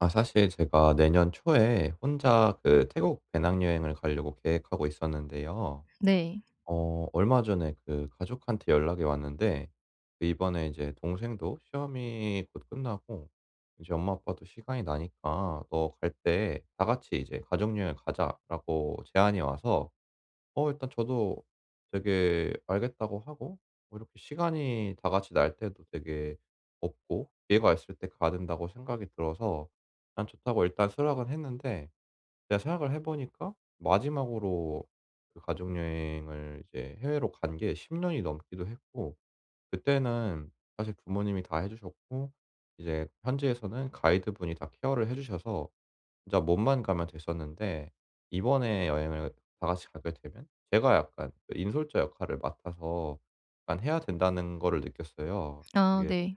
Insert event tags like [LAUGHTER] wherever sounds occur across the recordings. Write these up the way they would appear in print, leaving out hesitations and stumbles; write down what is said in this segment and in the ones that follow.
아 사실 제가 내년 초에 혼자 그 태국 배낭여행을 가려고 계획하고 있었는데요. 네. 얼마 전에 그 가족한테 연락이 왔는데, 그 이번에 이제 동생도 시험이 곧 끝나고 이제 엄마 아빠도 시간이 나니까 "너 갈 때 다 같이 이제 가족여행 가자."라고 제안이 와서, 일단 저도 되게 알겠다고 하고, 뭐 이렇게 시간이 다 같이 날 때도 되게 없고 기회가 있을 때 가야 된다고 생각이 들어서 난 좋다고 일단 수락은 했는데, 제가 생각을 해 보니까 마지막으로 그 가족 여행을 이제 해외로 간 게 10년 년이 넘기도 했고, 그때는 사실 부모님이 다 해 주셨고 이제 현지에서는 가이드분이 다 케어를 해 주셔서 진짜 몸만 가면 됐었는데, 이번에 여행을 다 같이 가게 되면 제가 약간 그 인솔자 역할을 맡아서 약간 해야 된다는 거를 느꼈어요. 아 이게, 네.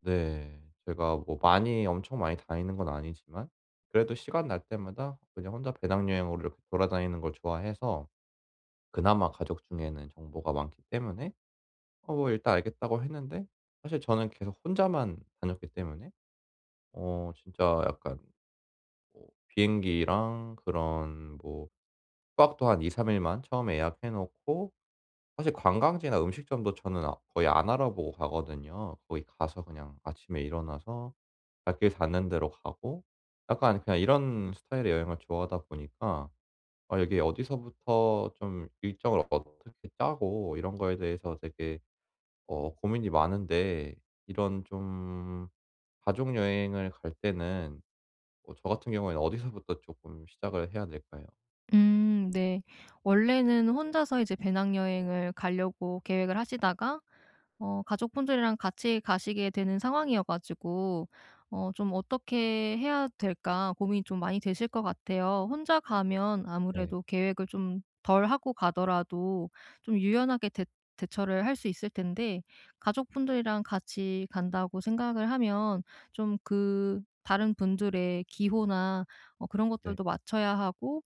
네. 제가 뭐 많이 엄청 많이 다니는 건 아니지만 그래도 시간 날 때마다 그냥 혼자 배낭여행으로 이렇게 돌아다니는 걸 좋아해서 그나마 가족 중에는 정보가 많기 때문에 뭐 일단 알겠다고 했는데, 사실 저는 계속 혼자만 다녔기 때문에 진짜 약간 뭐 비행기랑 그런 뭐 숙박도 한 2-3일만 처음에 예약해 놓고, 사실 관광지나 음식점도 저는 아 거의 안 알아보고 가거든요. 거기 가서 그냥 아침에 일어나서 발길 닿는 데로 가고 약간 그냥 이런 스타일의 여행을 좋아하다 보니까 아기 어디서부터 좀 일정을 어떻게 짜고 이런 거에 대해서 되게 고민이 많은데, 이런 좀 가족 여행을 갈 때는 저 같은 경우에는 어디서부터 조금 시작을 해야 될까요? 네. 원래는 혼자서 이제 배낭여행을 가려고 계획을 하시다가 가족분들이랑 같이 가시게 되는 상황이어 가지고 좀 '어떻게 해야 될까?' 고민이 좀 많이 되실 것 같아요. 혼자 가면 네. 아무래도 계획을 좀 덜 하고 가더라도 좀 유연하게 대 대처를 할 수 있을 텐데, 가족분들이랑 같이 간다고 생각을 하면 좀 그 다른 분들의 기호나 그런 네. 것들도 맞춰야 하고,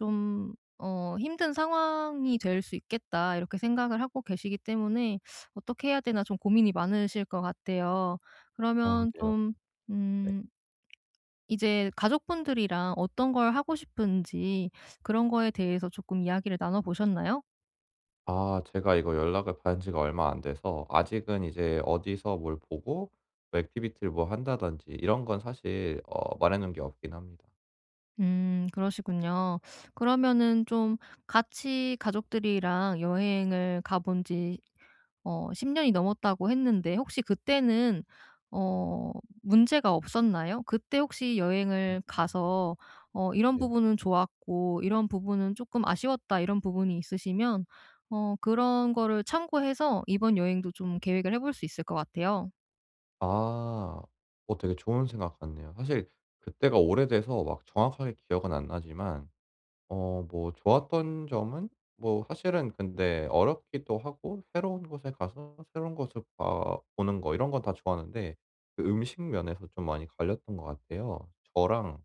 좀 '힘든 상황이 될 수 있겠다.' 이렇게 생각을 하고 계시기 때문에 '어떻게 해야 되나.' 좀 고민이 많으실 것 같아요. 아 그러면 네. 맞습니다. 좀 음 이제 가족분들이랑 어떤 걸 하고 싶은지, 그런 거에 대해서 조금 이야기를 나눠 보셨나요? 아 제가 이거 연락을 받은 지가 얼마 안 돼서 아직은 이제 어디서 뭘 보고 뭐 액티비티를 뭐 한다든지 이런 건 사실 말해 놓은 게 없긴 합니다. 그러시군요. 그러면은 좀 같이 가족들이랑 여행을 가본 지 10 년이 넘었다고 했는데, 혹시 그때는 어 문제가 없었나요? 그때 혹시 음 여행을 음. 가서 '이런 네. 부분은 좋았고 이런 부분은 조금 아쉬웠다.' 이런 부분이 있으시면 그런 거를 참고해서 이번 여행도 좀 계획을 해볼 수 있을 것 같아요. 아. 되게 좋은 생각 같네요. 사실 그때가 오래돼서 막 정확하게 기억은 안 나지만 뭐 좋았던 점은, 뭐 사실은 근데 어렵기도 하고 새로운 곳에 가서 새로운 것을 봐 보는 거 이런 건 다 좋았는데, 그 음식 면에서 좀 많이 갈렸던 것 같아요. 저랑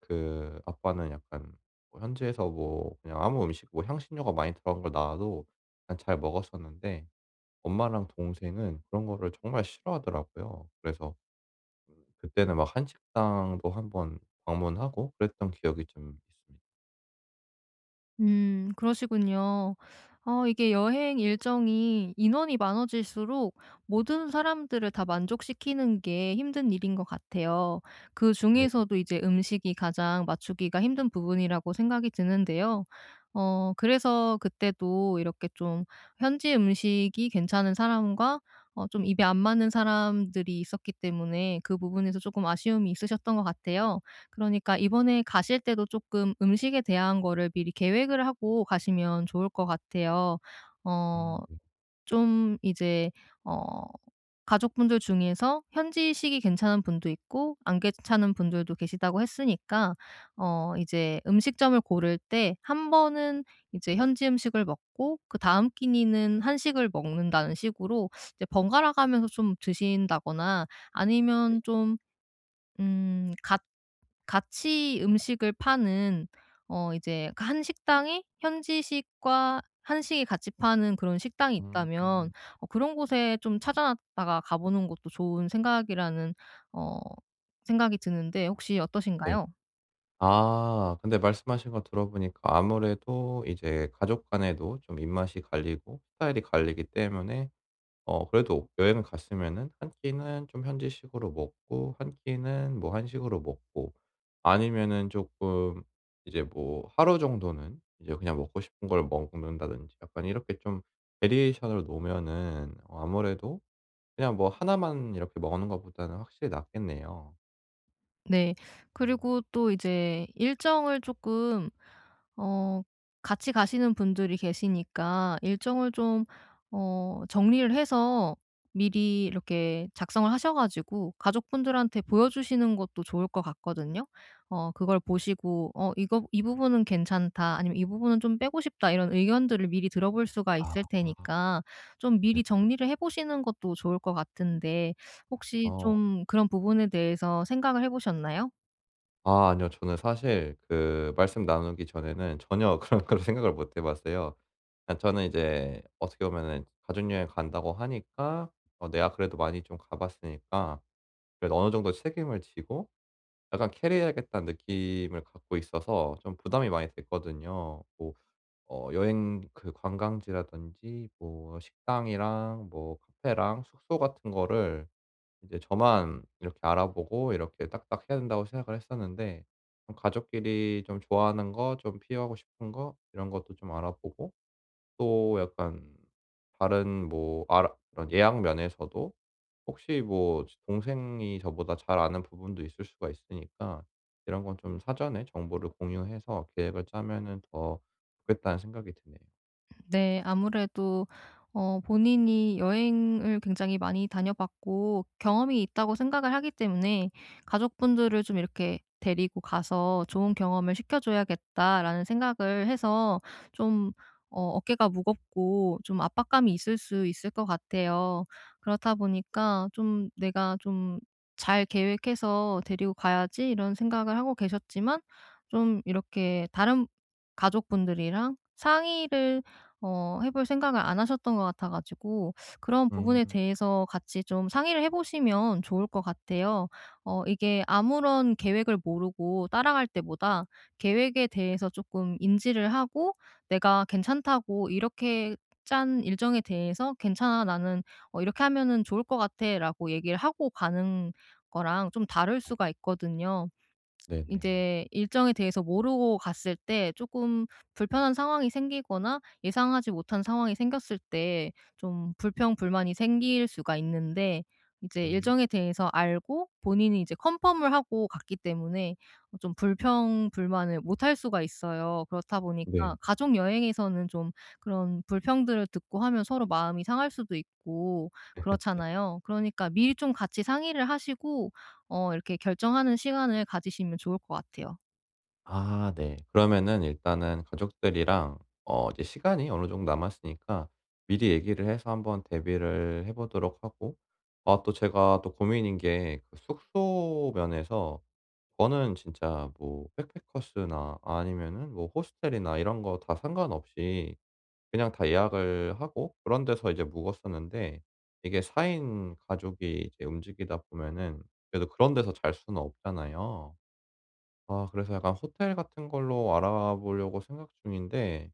그 아빠는 약간 뭐 현지에서 뭐 그냥 아무 음식 뭐 향신료가 많이 들어간 걸 나와도 난 잘 먹었었는데, 엄마랑 동생은 그런 거를 정말 싫어하더라고요. 그래서 그때는 막 한식당도 한번 방문하고 그랬던 기억이 좀 있습니다. 그러시군요. 이게 여행 일정이 인원이 많아질수록 모든 사람들을 다 만족시키는 게 힘든 일인 것 같아요. 네. 그중에서도 이제 음식이 가장 맞추기가 힘든 부분이라고 생각이 드는데요. 그래서 그때도 이렇게 좀 현지 음식이 괜찮은 사람과 좀 입에 안 맞는 사람들이 있었기 때문에 그 부분에서 조금 아쉬움이 있으셨던 것 같아요. 그러니까 이번에 가실 때도 조금 음식에 대한 거를 미리 계획을 하고 가시면 좋을 것 같아요. 어 네. 좀 이제 어 가족분들 중에서 현지식이 괜찮은 분도 있고 안 괜찮은 분들도 계시다고 했으니까, 이제 음식점을 고를 때 한 번은 이제 현지 음식을 먹고 그다음 끼니는 한식을 먹는다는 식으로 이제 번갈아 가면서 좀 드신다거나, 아니면 좀같 같이 음식을 파는, 이제 그 한 식당이 현지식과 한식이 같이 파는 그런 식당이 음 있다면 음 그런 곳에 좀 찾아다가 놨 가보는 것도 좋은 생각이라는 어 생각이 드는데, 혹시 네. 어떠신가요? 아 근데 말씀하신 거 들어보니까 아무래도 이제 가족 간에도 좀 입맛이 갈리고 스타일이 갈리기 때문에 그래도 여행을 갔으면은 한 끼는 좀 현지식으로 먹고 한 끼는 뭐 한식으로 먹고, 아니면은 조금 이제 뭐 하루 정도는 이제 그냥 먹고 싶은 걸 먹는다든지 약간 이렇게 좀 베리에이션을 놓으면은 아무래도 그냥 뭐 하나만 이렇게 먹는 것보다는 확실히 낫겠네요. 네. 음. 그리고 또 이제 일정을 조금 어 같이 가시는 분들이 계시니까 일정을 좀 정리를 해서 미리 이렇게 작성을 하셔 가지고 가족분들한테 보여주시는 것도 좋을 것 같거든요. 그걸 보시고 이거 이 부분은 괜찮다.' 아니면 '이 부분은 좀 빼고 싶다.' 이런 의견들을 미리 들어볼 수가 아 있을 테니까, 좀 미리 네네. 정리를 해 보시는 것도 좋을 것 같은데, 혹시 어. 좀 그런 부분에 대해서 생각을 해 보셨나요? 아 아니요. 저는 사실 그 말씀 나누기 전에는 전혀 [LAUGHS] 그런 걸 생각을 못 해 봤어요. 저는 이제 어떻게 보면은 가족여행 간다고 하니까 내가 그래도 많이 좀 가 봤으니까 그래도 어느 정도 책임을 지고 약간 캐리해야겠다는 느낌을 갖고 있어서 좀 부담이 많이 됐거든요. 뭐 여행 그 관광지라든지 뭐 식당이랑 뭐 카페랑 숙소 같은 거를 이제 저만 이렇게 알아보고 이렇게 딱딱 해야 된다고 생각을 했었는데, 좀 가족끼리 좀 좋아하는 거, 좀 피하고 싶은 거 이런 것도 좀 알아보고, 또 약간 다른 뭐 알아 그런 예약 면에서도 혹시 뭐 동생이 저보다 잘 아는 부분도 있을 수가 있으니까 이런 건 좀 사전에 정보를 공유해서 계획을 짜면은 더 좋겠다는 생각이 드네요. 네. 아무래도 본인이 여행을 굉장히 많이 다녀봤고 경험이 있다고 생각을 하기 때문에 '가족분들을 좀 이렇게 데리고 가서 좋은 경험을 시켜줘야겠다.'라는 생각을 해서 좀 어깨가 무겁고 좀 압박감이 있을 수 있을 것 같아요. 그렇다 보니까 좀 '내가 좀 잘 계획해서 데리고 가야지.' 이런 생각을 하고 계셨지만, 좀 이렇게 다른 가족분들이랑 상의를 해볼 생각을 안 하셨던 것 같아 가지고, 그런 부분에 음 대해서 같이 좀 상의를 해 보시면 좋을 것 같아요. 이게 아무런 계획을 모르고 따라갈 때보다 계획에 대해서 조금 인지를 하고 '내가 괜찮다고 이렇게 짠 일정에 대해서 괜찮아. 나는 이렇게 하면은 좋을 것 같아.'라고 얘기를 하고 가는 거랑 좀 다를 수가 있거든요. 네네. 이제 일정에 대해서 모르고 갔을 때 조금 불편한 상황이 생기거나 예상하지 못한 상황이 생겼을 때 좀 불평 불만이 생길 수가 있는데, 이제 음 일정에 대해서 알고 본인이 이제 컨펌을 하고 갔기 때문에 좀 불평 불만을 못할 수가 있어요. 그렇다 네. 보니까 가족 여행에서는 좀 그런 불평들을 듣고 하면 서로 마음이 상할 수도 있고 그렇잖아요. 그러니까 미리 좀 같이 상의를 하시고 이렇게 결정하는 시간을 가지시면 좋을 것 같아요. 아 네. 그러면은 일단은 가족들이랑 이제 시간이 어느 정도 남았으니까 미리 얘기를 해서 한번 대비를 해 보도록 하고, 아 또 제가 또 고민인 게그 숙소 면에서 저는 진짜 뭐 백패커스나 아니면은 뭐 호스텔이나 이런 거 다 상관없이 그냥 다 예약을 하고 그런 데서 이제 묵었었는데, 이게 4인 가족이 이제 움직이다 보면은 그래도 그런 데서 잘 수는 없잖아요. 아 그래서 약간 호텔 같은 걸로 알아보려고 생각 중인데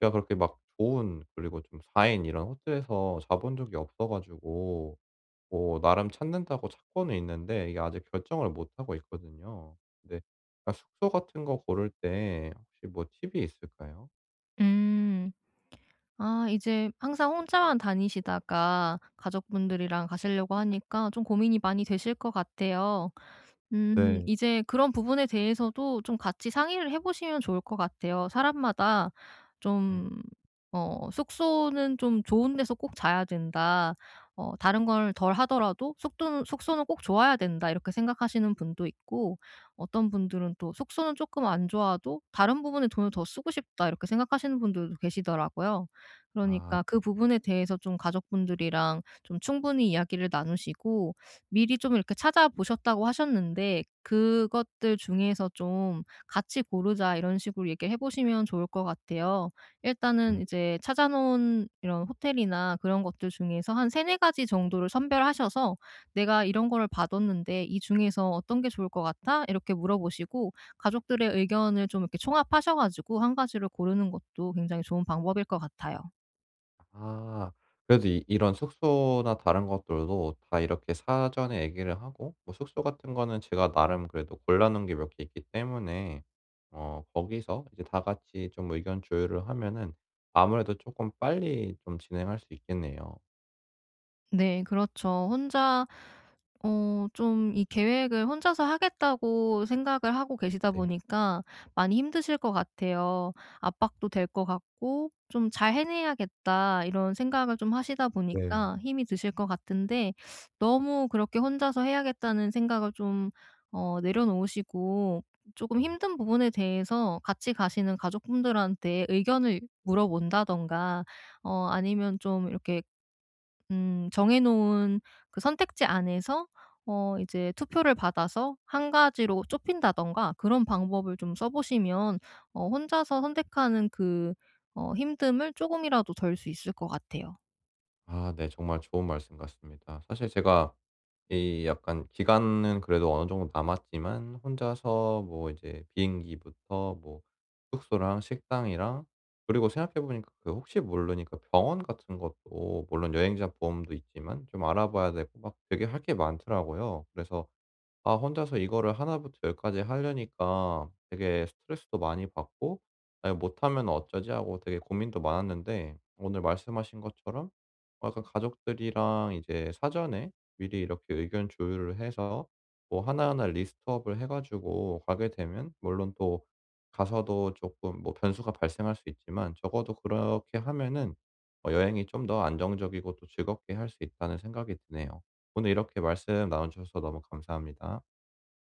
제가 그렇게 막 좋은, 그리고 좀 4인 이런 호텔에서 자본 적이 없어 가지고 뭐 나름 찾는다고 찾고는 있는데 이게 아직 결정을 못 하고 있거든요. 근데 약간 숙소 같은 거 고를 때 혹시 뭐 팁이 있을까요? 음. 아, 이제 항상 혼자만 다니시다가 가족분들이랑 가시려고 하니까 좀 고민이 많이 되실 것 같아요. 네. 이제 그런 부분에 대해서도 좀 같이 상의를 해 보시면 좋을 것 같아요. 사람마다 음. 좀 "숙소는 좀 좋은 데서 꼭 자야 된다. 다른 걸 덜 하더라도 숙소는 숙소는 꼭 좋아야 된다." 이렇게 생각하시는 분도 있고, 어떤 분들은 또 "숙소는 조금 안 좋아도 다른 부분에 돈을 더 쓰고 싶다." 이렇게 생각하시는 분들도 계시더라고요. 아. 그러니까 그 부분에 대해서 좀 가족분들이랑 좀 충분히 이야기를 나누시고, 미리 좀 이렇게 찾아보셨다고 하셨는데 그것들 중에서 좀 "같이 고르자." 이런 식으로 얘기를 해 보시면 좋을 것 같아요. 일단은 음. 이제 찾아 놓은 이런 호텔이나 그런 것들 중에서 한 3-4 가지 정도를 선별하셔서 "내가 이런 거를 받았는데 이 중에서 어떤 게 좋을 것 같아?" 이렇게 물어보시고, 가족들의 의견을 좀 이렇게 총합하셔 가지고 한 가지를 고르는 것도 굉장히 좋은 방법일 것 같아요. 아. 그래도 이 이런 숙소나 다른 것들도 다 이렇게 사전에 얘기를 하고 뭐 숙소 같은 거는 제가 나름 그래도 골라 놓은 게 몇 개 있기 때문에 거기서 이제 다 같이 좀 의견 조율을 하면은 아무래도 조금 빨리 좀 진행할 수 있겠네요. 네, 그렇죠. 혼자 좀 이 계획을 혼자서 하겠다고 생각을 하고 계시다 네. 보니까 많이 힘드실 것 같아요. 압박도 될 것 같고 '좀 잘 해내야겠다.' 이런 생각을 좀 하시다 보니까 네. 힘이 드실 것 같은데, 너무 그렇게 혼자서 해야겠다는 생각을 좀 내려놓으시고, 조금 음 힘든 부분에 대해서 같이 가시는 가족분들한테 의견을 네. 물어본다든가 아니면 좀 이렇게 정해 놓은 그 선택지 안에서 이제 투표를 받아서 한 가지로 좁힌다든가 그런 방법을 좀 써 보시면 혼자서 선택하는 그 힘듦을 조금이라도 덜 수 있을 것 같아요. 아 네. 정말 좋은 말씀 같습니다. 사실 제가 이 약간 기간은 그래도 어느 정도 남았지만 혼자서 뭐 이제 비행기부터 뭐 숙소랑 식당이랑, 그리고 생각해 보니까 그 혹시 모르니까 병원 같은 것도, 물론 여행자 보험도 있지만 좀 알아봐야 되고 막 되게 할 게 많더라고요. 그래서 아 혼자서 이거를 하나 부터 열 까지 하려니까 되게 스트레스도 많이 받고 '아 이거 못하면 어쩌지?' 하고 되게 고민도 많았는데, 오늘 말씀하신 것처럼 약간 가족들이랑 이제 사전에 미리 이렇게 의견 조율을 해서 뭐 하나하나 리스트업을 해 가지고 가게 되면, 물론 또 가서도 조금 뭐 변수가 발생할 수 있지만 적어도 그렇게 하면은 여행이 좀 더 안정적이고 또 즐겁게 할 수 있다는 생각이 드네요. 오늘 이렇게 말씀 나눠 주셔서 너무 감사합니다.